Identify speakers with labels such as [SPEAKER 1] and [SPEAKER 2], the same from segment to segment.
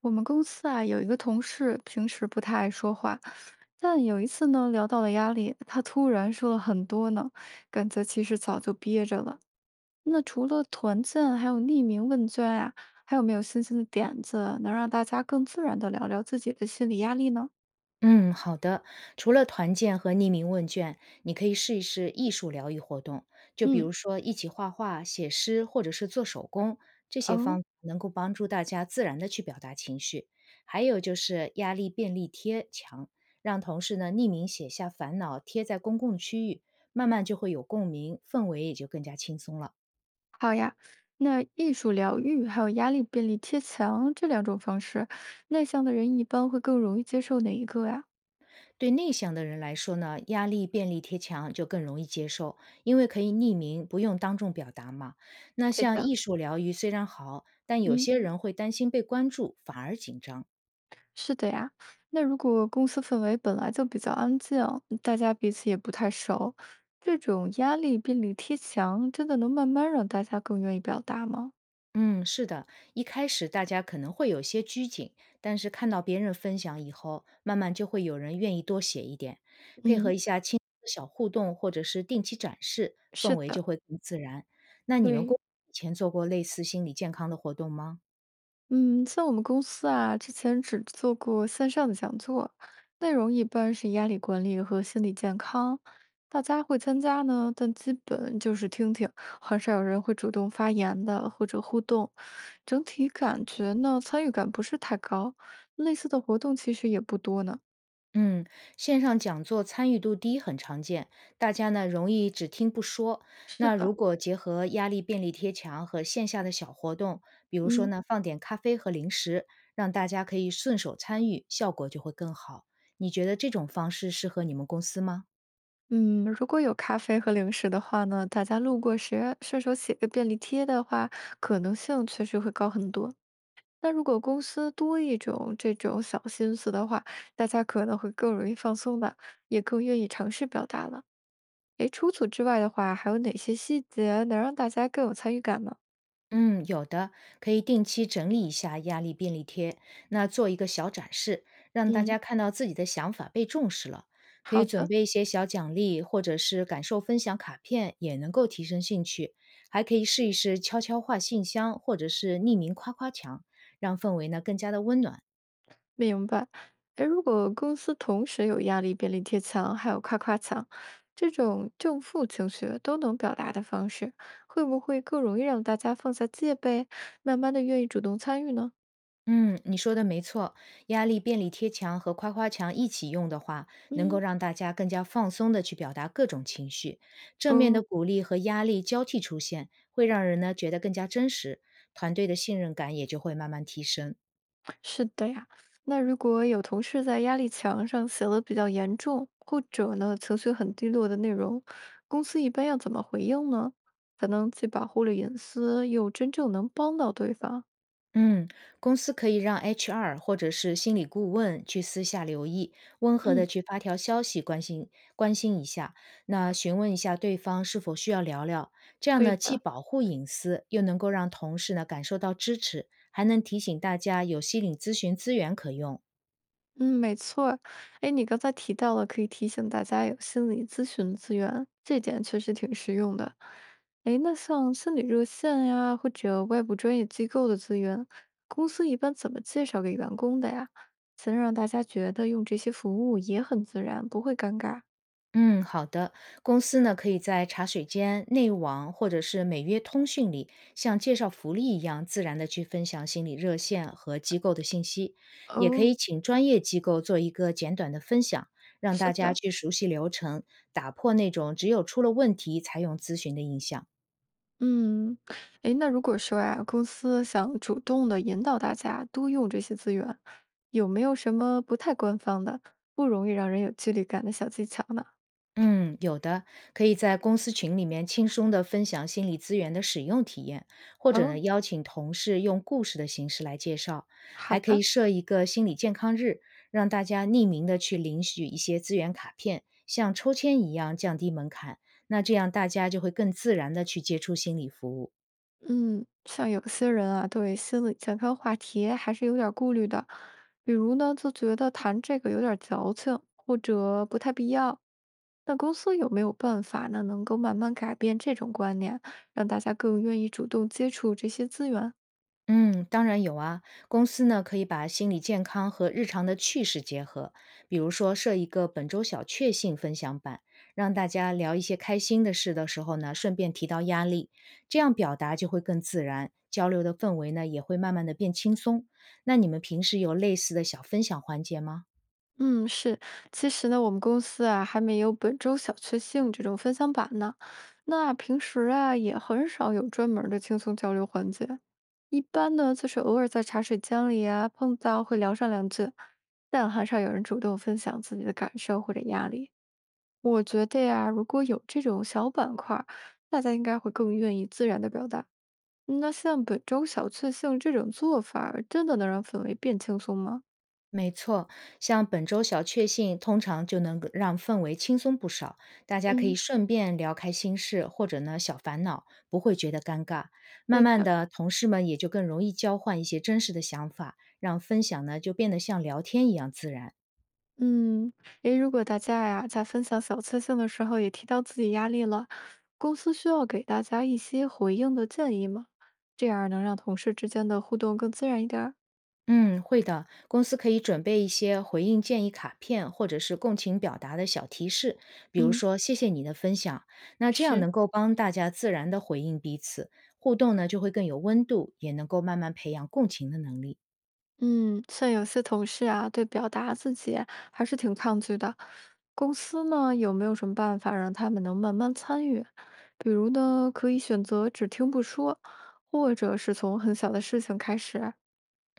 [SPEAKER 1] 我们公司啊有一个同事，平时不太爱说话，但有一次呢聊到了压力，他突然说了很多呢，感觉其实早就憋着了。那除了团建，还有匿名问卷啊，还有没有新鲜的点子能让大家更自然的聊聊自己的心理压力呢？
[SPEAKER 2] 嗯，好的。除了团建和匿名问卷，你可以试一试艺术疗愈活动，就比
[SPEAKER 1] 嗯，
[SPEAKER 2] 如说一起画画、写诗，或者是做手工，这些方
[SPEAKER 1] 哦，
[SPEAKER 2] 法能够帮助大家自然的去表达情绪。还有就是压力便利贴墙，让同事呢匿名写下烦恼，贴在公共区域，慢慢就会有共鸣，氛围也就更加轻松了。
[SPEAKER 1] 好呀。那艺术疗愈还有压力便利贴墙这两种方式，内向的人一般会更容易接受哪一个呀？
[SPEAKER 2] 对内向的人来说呢，压力便利贴墙就更容易接受，因为可以匿名，不用当众表达嘛。那
[SPEAKER 1] 对
[SPEAKER 2] 像
[SPEAKER 1] 的，
[SPEAKER 2] 艺术疗愈虽然好，但有
[SPEAKER 1] 嗯。
[SPEAKER 2] 些人会担心被关注，反而紧张。
[SPEAKER 1] 是的呀，那如果公司氛围本来就比较安静，大家彼此也不太熟，这种压力便利贴墙，真的能慢慢让大家更愿意表达吗？
[SPEAKER 2] 嗯，是的，一开始大家可能会有些拘谨，但是看到别人分享以后，慢慢就会有人愿意多写一点，配合
[SPEAKER 1] 嗯，
[SPEAKER 2] 一下轻松的小互动或者是定期展示，氛
[SPEAKER 1] 是
[SPEAKER 2] 围
[SPEAKER 1] 的，
[SPEAKER 2] 就会更自然。那你们
[SPEAKER 1] 对。
[SPEAKER 2] 公司以前做过类似心理健康的活动吗？
[SPEAKER 1] 嗯，像我们公司啊，之前只做过线上的讲座，内容一般是压力管理和心理健康，大家会参加呢，但基本就是听听，很少有人会主动发言的或者互动，整体感觉呢，参与感不是太高，类似的活动其实也不多呢。
[SPEAKER 2] 嗯，线上讲座参与度低很常见，大家呢容易只听不说。
[SPEAKER 1] 是
[SPEAKER 2] 那
[SPEAKER 1] 的，
[SPEAKER 2] 如果结合压力便利贴墙和线下的小活动，比如说
[SPEAKER 1] 嗯
[SPEAKER 2] 呢放点咖啡和零食，让大家可以顺手参与，效果就会更好。你觉得这种方式适合你们公司吗？
[SPEAKER 1] 嗯，如果有咖啡和零食的话呢，大家路过时顺手写个便利贴的话，可能性确实会高很多。那如果公司多一种这种小心思的话，大家可能会更容易放松的，也更愿意尝试表达了。诶，除此之外的话，还有哪些细节能让大家更有参与感呢？
[SPEAKER 2] 嗯，有的，可以定期整理一下压力便利贴，那做一个小展示，让大
[SPEAKER 1] 嗯，
[SPEAKER 2] 家看到自己的想法被重视了。可以
[SPEAKER 1] 好
[SPEAKER 2] 准
[SPEAKER 1] 的，
[SPEAKER 2] 备一些小奖励，或者是感受分享卡片，也能够提升兴趣。还可以试一试悄悄话信箱，或者是匿名夸夸墙，让氛围呢更加的温暖。
[SPEAKER 1] 明白。诶，如果公司同时有压力便利贴墙，还有夸夸墙，这种正负情绪都能表达的方式，会不会更容易让大家放下戒备，慢慢的愿意主动参与呢？
[SPEAKER 2] 嗯，你说的没错，压力便利贴墙和夸夸墙一起用的话，能够
[SPEAKER 1] 嗯，
[SPEAKER 2] 让大家更加放松的去表达各种情绪。正面的
[SPEAKER 1] 哦。
[SPEAKER 2] 鼓励和压力交替出现，会让人呢觉得更加真实，团队的信任感也就会慢慢提升。
[SPEAKER 1] 是的呀，那如果有同事在压力墙上写了比较严重，或者呢情绪很低落的内容，公司一般要怎么回应呢？才能既保护了隐私，又真正能帮到对方？
[SPEAKER 2] 嗯，公司可以让 HR 或者是心理顾问去私下留意，温和的
[SPEAKER 1] 嗯，
[SPEAKER 2] 去发条消息关心一下，那询问一下对方是否需要聊聊，这样
[SPEAKER 1] 对
[SPEAKER 2] 呢既
[SPEAKER 1] 的，
[SPEAKER 2] 保护隐私，又能够让同事呢感受到支持，还能提醒大家有心理咨询资源可用。
[SPEAKER 1] 嗯，没错儿。哎，你刚才提到了可以提醒大家有心理咨询资源，这点确实挺实用的。哎，那像心理热线呀，或者外部专业机构的资源，公司一般怎么介绍给员工的呀？才能让大家觉得用这些服务也很自然，不会尴尬。
[SPEAKER 2] 嗯，好的。公司呢，可以在茶水间、内网或者是每月通讯里，像介绍福利一样自然的去分享心理热线和机构的信息，也可以
[SPEAKER 1] 哦，
[SPEAKER 2] 请专业机构做一个简短的分享，让
[SPEAKER 1] 是
[SPEAKER 2] 大家
[SPEAKER 1] 的。
[SPEAKER 2] 去熟悉流程，打破那种只有出了问题才用咨询的印象。
[SPEAKER 1] 嗯，诶，那如果说呀，公司想主动的引导大家多用这些资源，有没有什么不太官方的、不容易让人有距离感的小技巧呢？
[SPEAKER 2] 嗯，有的，可以在公司群里面轻松的分享心理资源的使用体验，或者呢
[SPEAKER 1] 哦，
[SPEAKER 2] 邀请同事用故事的形式来介绍，
[SPEAKER 1] 好
[SPEAKER 2] 还可以
[SPEAKER 1] 的，
[SPEAKER 2] 设一个心理健康日，让大家匿名的去领取一些资源卡片，像抽签一样降低门槛，那这样大家就会更自然的去接触心理服务。
[SPEAKER 1] 嗯，像有些人啊，对心理健康话题还是有点儿顾虑的，比如呢，就觉得谈这个有点儿矫情，或者不太必要。那公司有没有办法呢，能够慢慢改变这种观念，让大家更愿意主动接触这些资源？
[SPEAKER 2] 嗯，当然有啊。公司呢可以把心理健康和日常的趣事结合，比如说设一个本周小确幸分享版，让大家聊一些开心的事的时候呢，顺便提到压力，这样表达就会更自然，交流的氛围呢也会慢慢的变轻松。那你们平时有类似的小分享环节吗？
[SPEAKER 1] 嗯，是，其实呢，我们公司啊还没有本周小确幸这种分享版呢。那平时啊也很少有专门儿的轻松交流环节，一般呢就是偶尔在茶水间里啊碰到会聊上两句，但很少有人主动分享自己的感受或者压力。我觉得呀，如果有这种小板块儿，大家应该会更愿意自然的表达。那像本周小确幸这种做法儿真的能让氛围变轻松吗？
[SPEAKER 2] 没错，像本周小确幸，通常就能够让氛围轻松不少，大家可以
[SPEAKER 1] 嗯，
[SPEAKER 2] 顺便聊开心事或者呢小烦恼，不会觉得尴尬。慢
[SPEAKER 1] 对
[SPEAKER 2] 慢
[SPEAKER 1] 的。
[SPEAKER 2] 的，同事们也就更容易交换一些真实的想法，让分享呢就变得像聊天一样自然。
[SPEAKER 1] 嗯，诶，如果大家呀，在分享小确幸的时候也提到自己压力了，公司需要给大家一些回应的建议吗？这样能让同事之间的互动更自然一点儿。
[SPEAKER 2] 嗯，会的。公司可以准备一些回应建议卡片，或者是共情表达的小提示，比如
[SPEAKER 1] 嗯，
[SPEAKER 2] 说“谢谢你的分享”，那这样
[SPEAKER 1] 是，
[SPEAKER 2] 能够帮大家自然的回应彼此，互动呢就会更有温度，也能够慢慢培养共情的能力。
[SPEAKER 1] 嗯，像有些同事啊，对表达自己还是挺抗拒的。公司呢，有没有什么办法让他们能慢慢参与？比如呢，可以选择只听不说，或者是从很小的事情开始。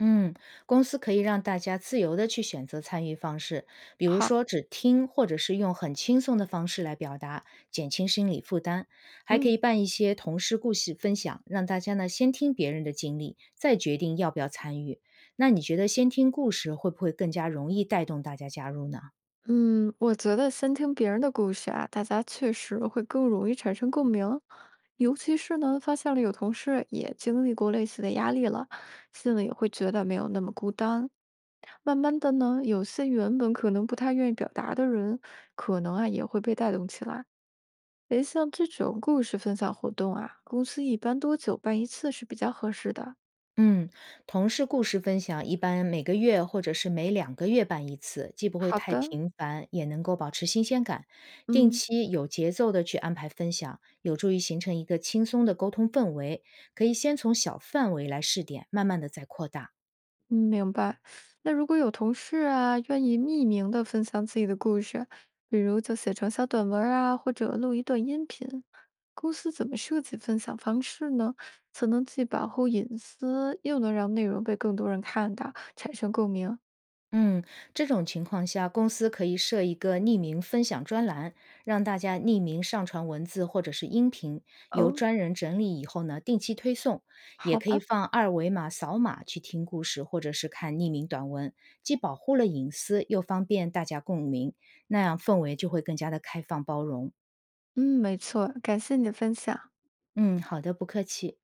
[SPEAKER 2] 嗯，公司可以让大家自由的去选择参与方式，比如
[SPEAKER 1] 好，
[SPEAKER 2] 说只听，或者是用很轻松的方式来表达，减轻心理负担。还可
[SPEAKER 1] 嗯。
[SPEAKER 2] 以办一些同事故事分享，让大家呢先听别人的经历，再决定要不要参与。那你觉得先听故事会不会更加容易带动大家加入呢？
[SPEAKER 1] 嗯，我觉得先听别人的故事啊，大家确实会更容易产生共鸣，尤其是呢，发现了有同事也经历过类似的压力了，心里也会觉得没有那么孤单。慢慢的呢，有些原本可能不太愿意表达的人，可能啊也会被带动起来。诶，像这种故事分享活动啊，公司一般多久办一次是比较合适的？
[SPEAKER 2] 嗯，同事故事分享一般每个月或者是每两个月办一次，既不会
[SPEAKER 1] 好
[SPEAKER 2] 太
[SPEAKER 1] 的，
[SPEAKER 2] 频繁，也能够保持新鲜感。定
[SPEAKER 1] 嗯。
[SPEAKER 2] 期有节奏的去安排分享，有助于形成一个轻松的沟通氛围。可以先从小范围来试点，慢慢的再扩大。
[SPEAKER 1] 嗯，明白。那如果有同事啊，愿意匿名的分享自己的故事，比如就写成小短文儿啊，或者录一段音频，公司怎么设计分享方式呢？才能既保护隐私，又能让内容被更多人看到，产生共鸣？
[SPEAKER 2] 嗯，这种情况下，公司可以设一个匿名分享专栏，让大家匿名上传文字或者是音频，由
[SPEAKER 1] 哦，
[SPEAKER 2] 专人整理以后呢，定期推送。也
[SPEAKER 1] 好
[SPEAKER 2] 可以
[SPEAKER 1] 的，
[SPEAKER 2] 放二维码扫码去听故事，或者是看匿名短文，既保护了隐私，又方便大家共鸣，那样氛围就会更加的开放包容。
[SPEAKER 1] 嗯，没错，感谢你的分享。
[SPEAKER 2] 嗯，好的，不客气。